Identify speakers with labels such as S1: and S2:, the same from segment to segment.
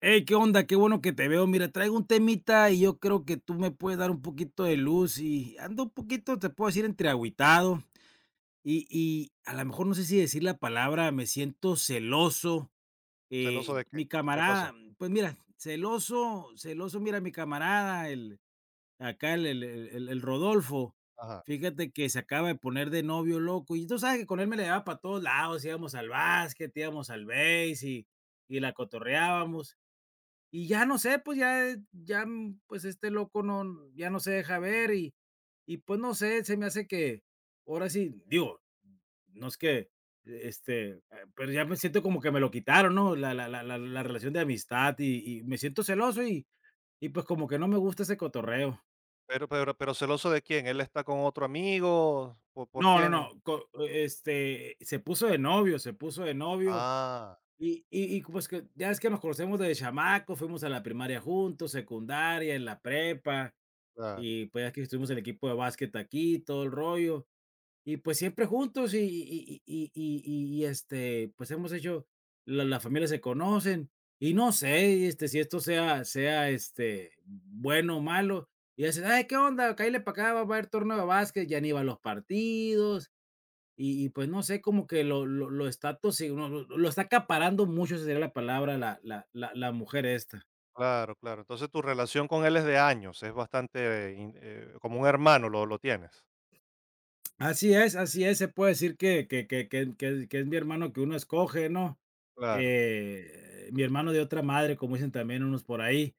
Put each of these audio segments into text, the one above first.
S1: Hey, ¿qué onda? Qué bueno que te veo. Mira, traigo un temita y yo creo que tú me puedes dar un poquito de luz y ando un poquito, te puedo decir, entre agüitado y a lo mejor no sé si decir la palabra, me siento celoso.
S2: ¿Celoso de qué?
S1: Mi
S2: ¿Qué pasó?
S1: camarada, pues mira, celoso, celoso, mira, mi camarada, el, acá el Rodolfo,
S2: Ajá.
S1: fíjate que se acaba de poner de novio loco y tú sabes que con él me le daba para todos lados, íbamos al básquet, íbamos al base y la cotorreábamos y ya no sé, pues ya ya, pues, este loco no ya no se deja ver y, pues, no sé, se me hace que ahora sí, digo, no es que, e, este, eh, pero ya me siento como que me lo quitaron, ¿no? La relación de amistad y me siento celoso y, pues, como que no me gusta ese cotorreo.
S2: Pero, ¿celoso de quién? ¿Él está con otro amigo? ¿Por
S1: No, no,
S2: quién?
S1: no, se puso de novio, se puso de novio
S2: Ah,
S1: y, pues, que ya es que nos conocemos desde chamacos, fuimos a la primaria juntos, secundaria, en la prepa.
S2: claro,
S1: Y pues aquí estuvimos el equipo de básquet aquí, todo el rollo, y pues siempre juntos y, pues hemos hecho la las familias se conocen y no sé, si esto sea, bueno o malo, y dices: "Ay, ¿qué onda? Cáele para acá, va a haber torneo de básquet", ya ni va a los partidos, y pues no sé, como que lo está atosiga lo está acaparando mucho, esa sería la palabra, la mujer esta.
S2: claro, claro. Entonces, tu relación con él es de años, es bastante in como un hermano lo tienes.
S1: Así es, se puede decir que es mi hermano que uno escoge, ¿no?
S2: Claro,
S1: Mi hermano de otra madre, como dicen también unos por ahí.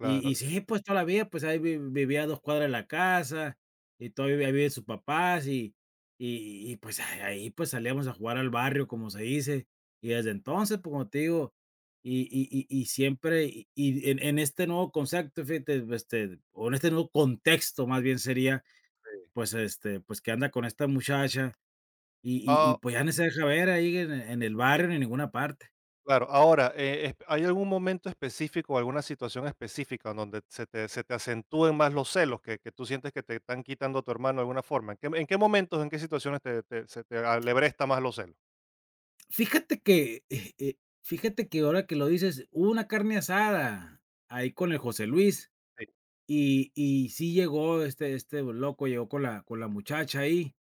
S1: Y sí, pues, toda la vida, pues, ahí vi vivía a 2 cuadras de la casa, y todavía ahí sus papás, y, pues, ahí, pues, salíamos a jugar al barrio, como se dice. Y desde entonces, pues, como te digo, siempre y en este nuevo concepto, fíjate, o en este nuevo contexto, más bien sería, pues, pues, que anda con esta muchacha y,
S2: Ah,
S1: pues, ya no se deja ver ahí en el barrio ni en ninguna parte.
S2: claro. Ahora, esp ¿hay algún momento específico o alguna situación específica en donde se te acentúen más los celos que tú sientes que te están quitando a tu hermano de alguna forma? ¿En qué momentos, en qué situaciones te te se te alebresta más los celos?
S1: Fíjate que, eh eh, fíjate que ahora que lo dices, hubo una carne asada ahí con el José Luis
S2: Sí.
S1: y sí llegó este loco, llegó con la muchacha ahí,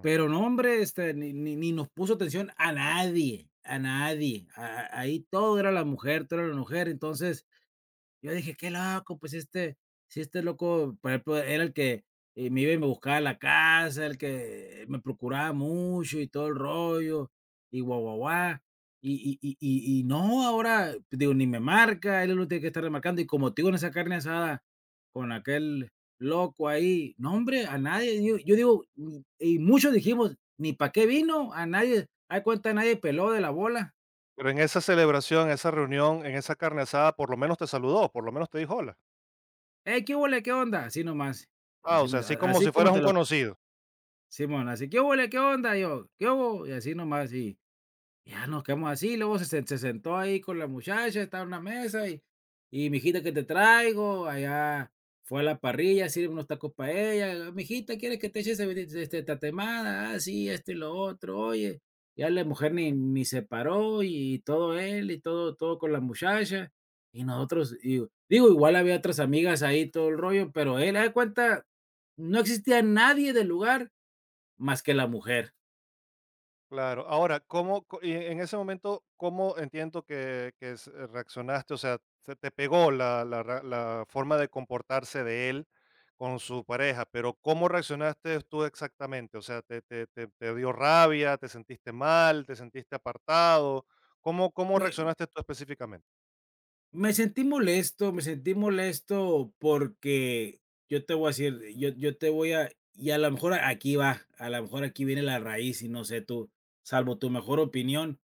S1: pero no, hombre, ni nos puso atención a nadie, a nadie. A Ahí todo era la mujer, todo era la mujer. Entonces, yo dije: "Qué loco", pues, si este loco, por ejemplo, era el que, me iba y me buscaba a la casa, el que me procuraba mucho y todo el rollo, y guau, guau, guá. No, ahora, pues, digo, ni me marca, él es el que tiene que estar remarcando y como te digo, en esa carne asada con aquel loco ahí, no, hombre, a nadie, yo digo, y muchos dijimos: "Ni para qué vino", a nadie, haz cuenta, nadie peló de la bola.
S2: Pero en esa celebración, en esa reunión, en esa carne asada, por lo menos te saludó, por lo menos te dijo hola.
S1: "Hey, qué húbole, qué onda", así nomás,
S2: Ah,
S1: así,
S2: o sea, así como
S1: así
S2: si
S1: como
S2: fueras
S1: te
S2: un
S1: lo
S2: conocido.
S1: Simón, así: "¿Qué huele, ¿Qué onda?", y yo: "¿Qué hubo?", y así nomás, y ya
S2: Y
S1: nos quedamos así, luego se sentó ahí con la muchacha, estaba en una mesa y: "Mijita, ¿qué te traigo?". Allá fue a la parrilla, sirve unos tacos para ella: "Mijita, ¿quieres que te eche cebadit este, tatemada?". "Ah, sí, esto y lo otro". Oye, ya la mujer ni se paró y todo él y todo con la muchacha, y nosotros digo, igual había otras amigas ahí, todo el rollo, pero él, haz de cuenta, no existía nadie del lugar más que la mujer.
S2: claro, ahora, y en ese momento, ¿cómo entiendo que, reaccionaste? O sea, se te pegó la forma de comportarse de él con su pareja, pero ¿cómo reaccionaste tú exactamente? O sea, te dio rabia? ¿Te sentiste mal? ¿Te sentiste apartado? ¿Cómo
S1: Me
S2: reaccionaste tú específicamente?
S1: Me sentí molesto, me sentí molesto porque yo te voy a decir, yo te voy a y a lo mejor aquí va, a lo mejor aquí viene la raíz y no sé tú, salvo tu mejor opinión.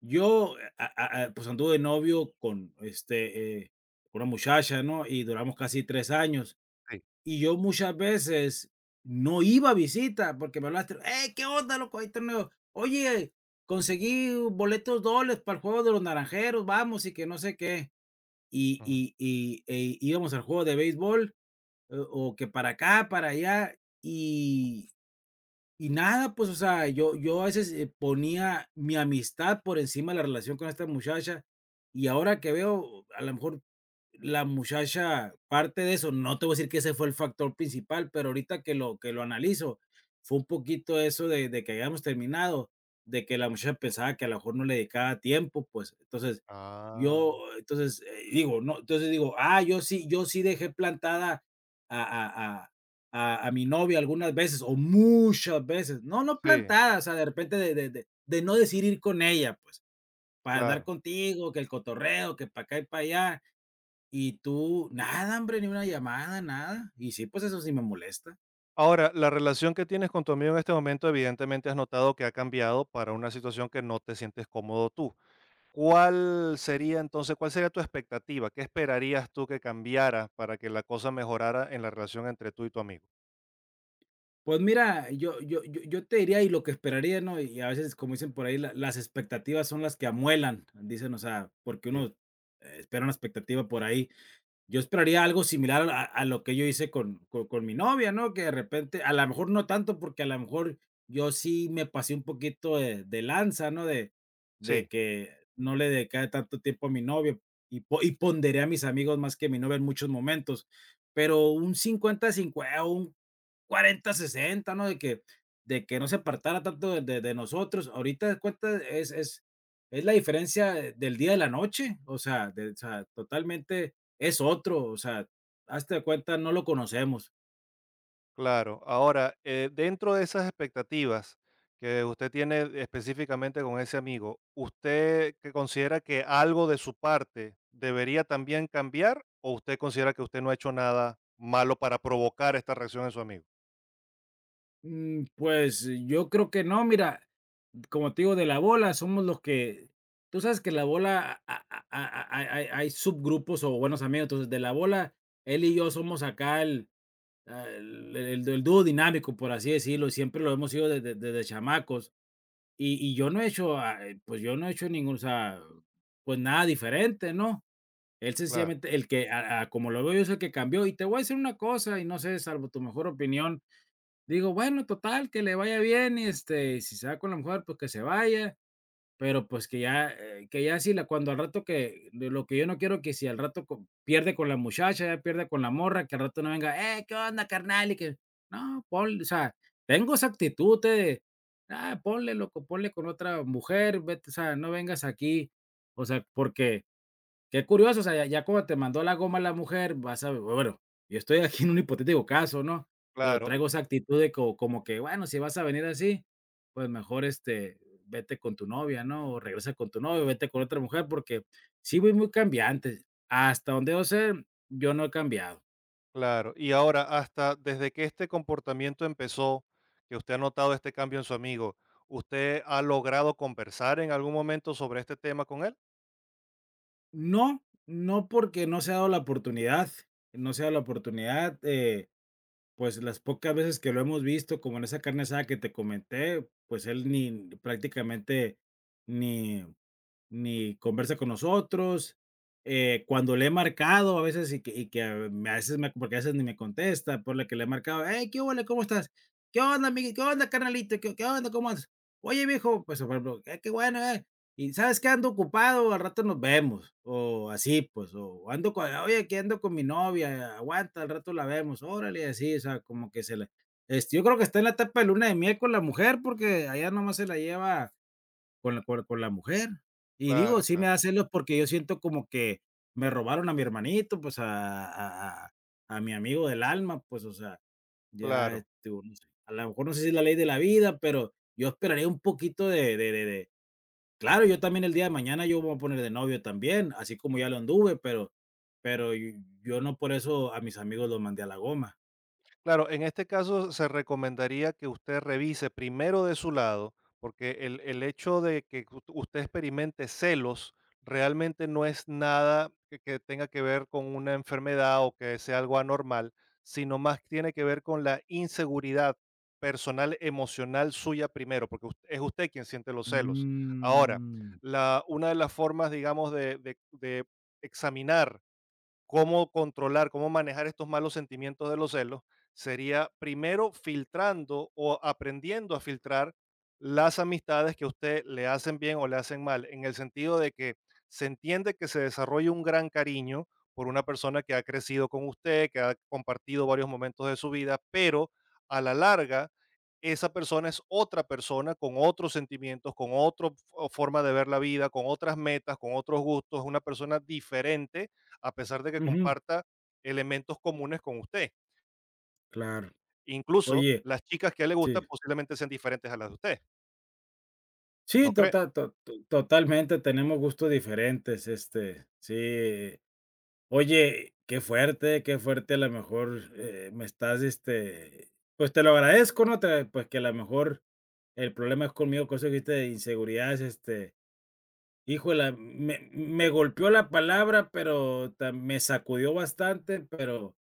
S1: Yo, a pues, anduve de novio con, una muchacha, ¿no? Y duramos casi 3 años.
S2: Sí.
S1: Y yo muchas veces no iba a visita porque me hablaste, ¿qué onda, loco? Hay torneo. Oye, conseguí boletos dobles para el juego de los naranjeros, vamos, y que no sé qué.
S2: Ujú.
S1: Íbamos al juego de béisbol, o que para acá, para allá, y, y nada, pues, o sea, yo a veces ponía mi amistad por encima de la relación con esta muchacha, y ahora que veo, a lo mejor la muchacha, parte de eso, no te voy a decir que ese fue el factor principal, pero ahorita que lo analizo, fue un poquito eso de que habíamos terminado, de que la muchacha pensaba que a lo mejor no le dedicaba tiempo, pues, entonces, yo,
S2: Ah,
S1: entonces, digo, no, entonces digo: "Ah, yo sí yo sí dejé plantada a a a a mi novia algunas veces, o muchas veces". No, no
S2: sí,
S1: plantada, o sea, de repente de no decidir ir con ella, pues, para andar
S2: claro.
S1: contigo, que el cotorreo, que para acá y para allá. Y tú, nada, hombre, ni una llamada, nada. Y sí, pues eso sí me molesta.
S2: Ahora, la relación que tienes con tu amigo en este momento, evidentemente has notado que ha cambiado para una situación que no te sientes cómodo tú. ¿Cuál sería entonces, cuál sería tu expectativa? ¿Qué esperarías tú que cambiara para que la cosa mejorara en la relación entre tú y tu amigo?
S1: Pues mira, yo te diría y lo que esperaría, ¿no? Y a veces, como dicen por ahí, la las expectativas son las que amuelan, dicen, o sea, porque uno
S2: Sí.
S1: espera una expectativa por ahí. Yo esperaría algo similar a lo que yo hice con mi novia, ¿no? Que de repente, a lo mejor no tanto, porque a lo mejor yo sí me pasé un poquito de lanza, ¿no? De
S2: Sí.
S1: que no le dedicaba tanto tiempo a mi novio y ponderé a mis amigos más que a mi novia en muchos momentos, pero un cincuenta-cincuenta 50 un 40 60, ¿no? De que no se apartara tanto de nosotros. Ahorita de cuenta es la diferencia del día de la noche, o sea, de o sea, totalmente es otro, o sea, hazte de cuenta, no lo conocemos.
S2: Claro. Ahora, dentro de esas expectativas que usted tiene específicamente con ese amigo, ¿usted que considera que algo de su parte debería también cambiar o usted considera que usted no ha hecho nada malo para provocar esta reacción en su amigo?
S1: Pues, yo creo que no, mira, como te digo, de la bola somos los que tú sabes que la bola a hay subgrupos o buenos amigos, entonces, de la bola, él y yo somos acá el el dúo dinámico, por así decirlo, y siempre lo hemos sido desde chamacos, y yo no he hecho, pues, yo no he hecho ningún, o sea, pues, nada diferente, ¿no? Él
S2: Claro,
S1: sencillamente, el que, a como lo veo yo, es el que cambió. Y te voy a decir una cosa, y no sé, salvo tu mejor opinión, digo, bueno, total, que le vaya bien, y si se va con la mujer, pues que se vaya, pero pues que ya si la cuando al rato que de lo que yo no quiero que si al rato co pierde con la muchacha, ya pierde con la morra, que al rato no venga: ¿qué onda, carnal?", y que no, ponle, o sea, tengo esa actitud de: "Ah, ponle, loco, ponle con otra mujer, vete", o sea, no vengas aquí, o sea, porque qué curioso, o sea, ya, ya como te mandó la goma la mujer, vas a ver, bueno, yo estoy aquí en un hipotético caso, ¿no? Pero
S2: claro, y-
S1: traigo esa actitud de co como que, bueno, si vas a venir así, pues mejor, vete con tu novia, ¿no? O regresa con tu novio, vete con otra mujer, porque sí voy muy cambiante. Hasta donde yo sé, yo no he cambiado.
S2: claro. Y ahora, hasta desde que este comportamiento empezó, que usted ha notado este cambio en su amigo, ¿usted ha logrado conversar en algún momento sobre este tema con él?
S1: No, no porque no se ha dado la oportunidad, no se ha dado la oportunidad, pues, las pocas veces que lo hemos visto, como en esa carne asada que te comenté, pues, él ni prácticamente ni ni conversa con nosotros. Cuando le he marcado a veces y que a a veces me, porque a veces ni me contesta, por la que le he marcado, hey, ¿qué huele? ¿Cómo estás? ¿Qué onda, Miguel? ¿Qué onda, carnalito? ¿Qué, qué onda? ¿Cómo andas? Oye, viejo, pues, por ejemplo, qué bueno, eh. Y sabes que ando ocupado, al rato nos vemos, o así, pues, o ando con, oye, que ando con mi novia, aguanta, al rato la vemos, órale, así, o sea, como que se la, yo creo que está en la etapa de luna de miel con la mujer, porque allá nomás se la lleva con la con la mujer. Y digo,
S2: Claro,
S1: sí me
S2: claro,
S1: da celos porque yo siento como que me robaron a mi hermanito, pues, a mi amigo del alma, pues, o sea, ya,
S2: claro.
S1: uno sí a lo mejor no sé si es la ley de la vida, pero yo esperaría un poquito de de. Claro, yo también el día de mañana yo me voy a poner de novio también, así como ya lo anduve, pero y yo no por eso a mis amigos los mandé a la goma.
S2: Claro, en este caso se recomendaría que usted revise primero de su lado, porque el hecho de que usted experimente celos realmente no es nada que tenga que ver con una enfermedad o que sea algo anormal, sino más tiene que ver con la inseguridad personal, emocional suya primero, porque es usted quien siente los celos. Ahora,
S1: Mm.
S2: la, una de las formas, digamos, de examinar cómo controlar, cómo manejar estos malos sentimientos de los celos, sería primero filtrando o aprendiendo a filtrar las amistades que a usted le hacen bien o le hacen mal, en el sentido de que se entiende que se desarrolla un gran cariño por una persona que ha crecido con usted, que ha compartido varios momentos de su vida, pero a la larga esa persona es otra persona con otros sentimientos, con otra forma de ver la vida, con otras metas, con otros gustos, es una persona diferente a pesar de que
S1: Ujú,
S2: comparta elementos comunes con usted.
S1: claro.
S2: Incluso
S1: Oye,
S2: las chicas que a él le gustan
S1: sí.
S2: posiblemente sean diferentes a las de usted,
S1: Sí,
S2: ¿no cree?
S1: totalmente, tenemos gustos diferentes, sí. Oye, qué fuerte, a lo mejor, me estás, pues, te lo agradezco, ¿no? Te pues, que a lo mejor el problema es conmigo, cosa que dijiste de inseguridades, híjola, me golpeó la palabra, pero ta me sacudió bastante,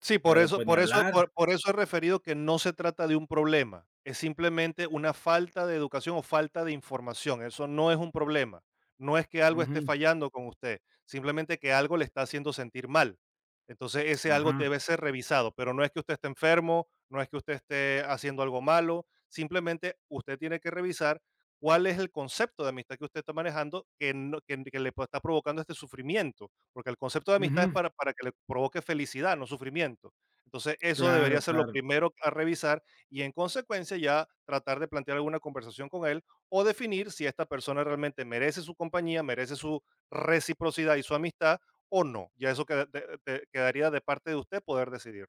S2: Sí, por
S1: pero,
S2: eso
S1: pues, ni
S2: por eso
S1: hablar.
S2: por por eso he referido que no se trata de un problema, es simplemente una falta de educación o falta de información, eso no es un problema. No es que algo
S1: Ujú,
S2: esté fallando con usted, simplemente que algo le está haciendo sentir mal. Entonces, ese algo
S1: ajá,
S2: debe ser revisado, pero no es que usted esté enfermo, no es que usted esté haciendo algo malo, simplemente usted tiene que revisar cuál es el concepto de amistad que usted está manejando que no que que le está provocando este sufrimiento. Porque el concepto de amistad es
S1: ujú,
S2: para que le provoque felicidad, no sufrimiento. Entonces, eso debería
S1: claro,
S2: ser lo
S1: claro.
S2: primero a revisar y en consecuencia ya tratar de plantear alguna conversación con él o definir si esta persona realmente merece su compañía, merece su reciprocidad y su amistad o no. Ya eso quedaría de parte de usted poder decidir.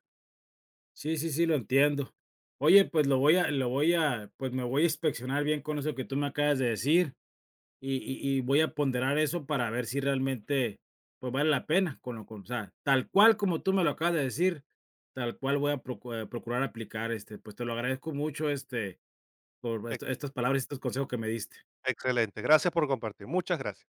S1: Sí, sí, sí, lo entiendo. Oye, pues lo voy a pues me voy a inspeccionar bien con eso que tú me acabas de decir y voy a ponderar eso para ver si realmente, pues, vale la pena con lo con o sea, tal cual como tú me lo acabas de decir, tal cual voy a procurar aplicar, pues, te lo agradezco mucho, por
S2: Ex-
S1: estas palabras y estos consejos que me diste.
S2: Excelente. Gracias por compartir. Muchas gracias.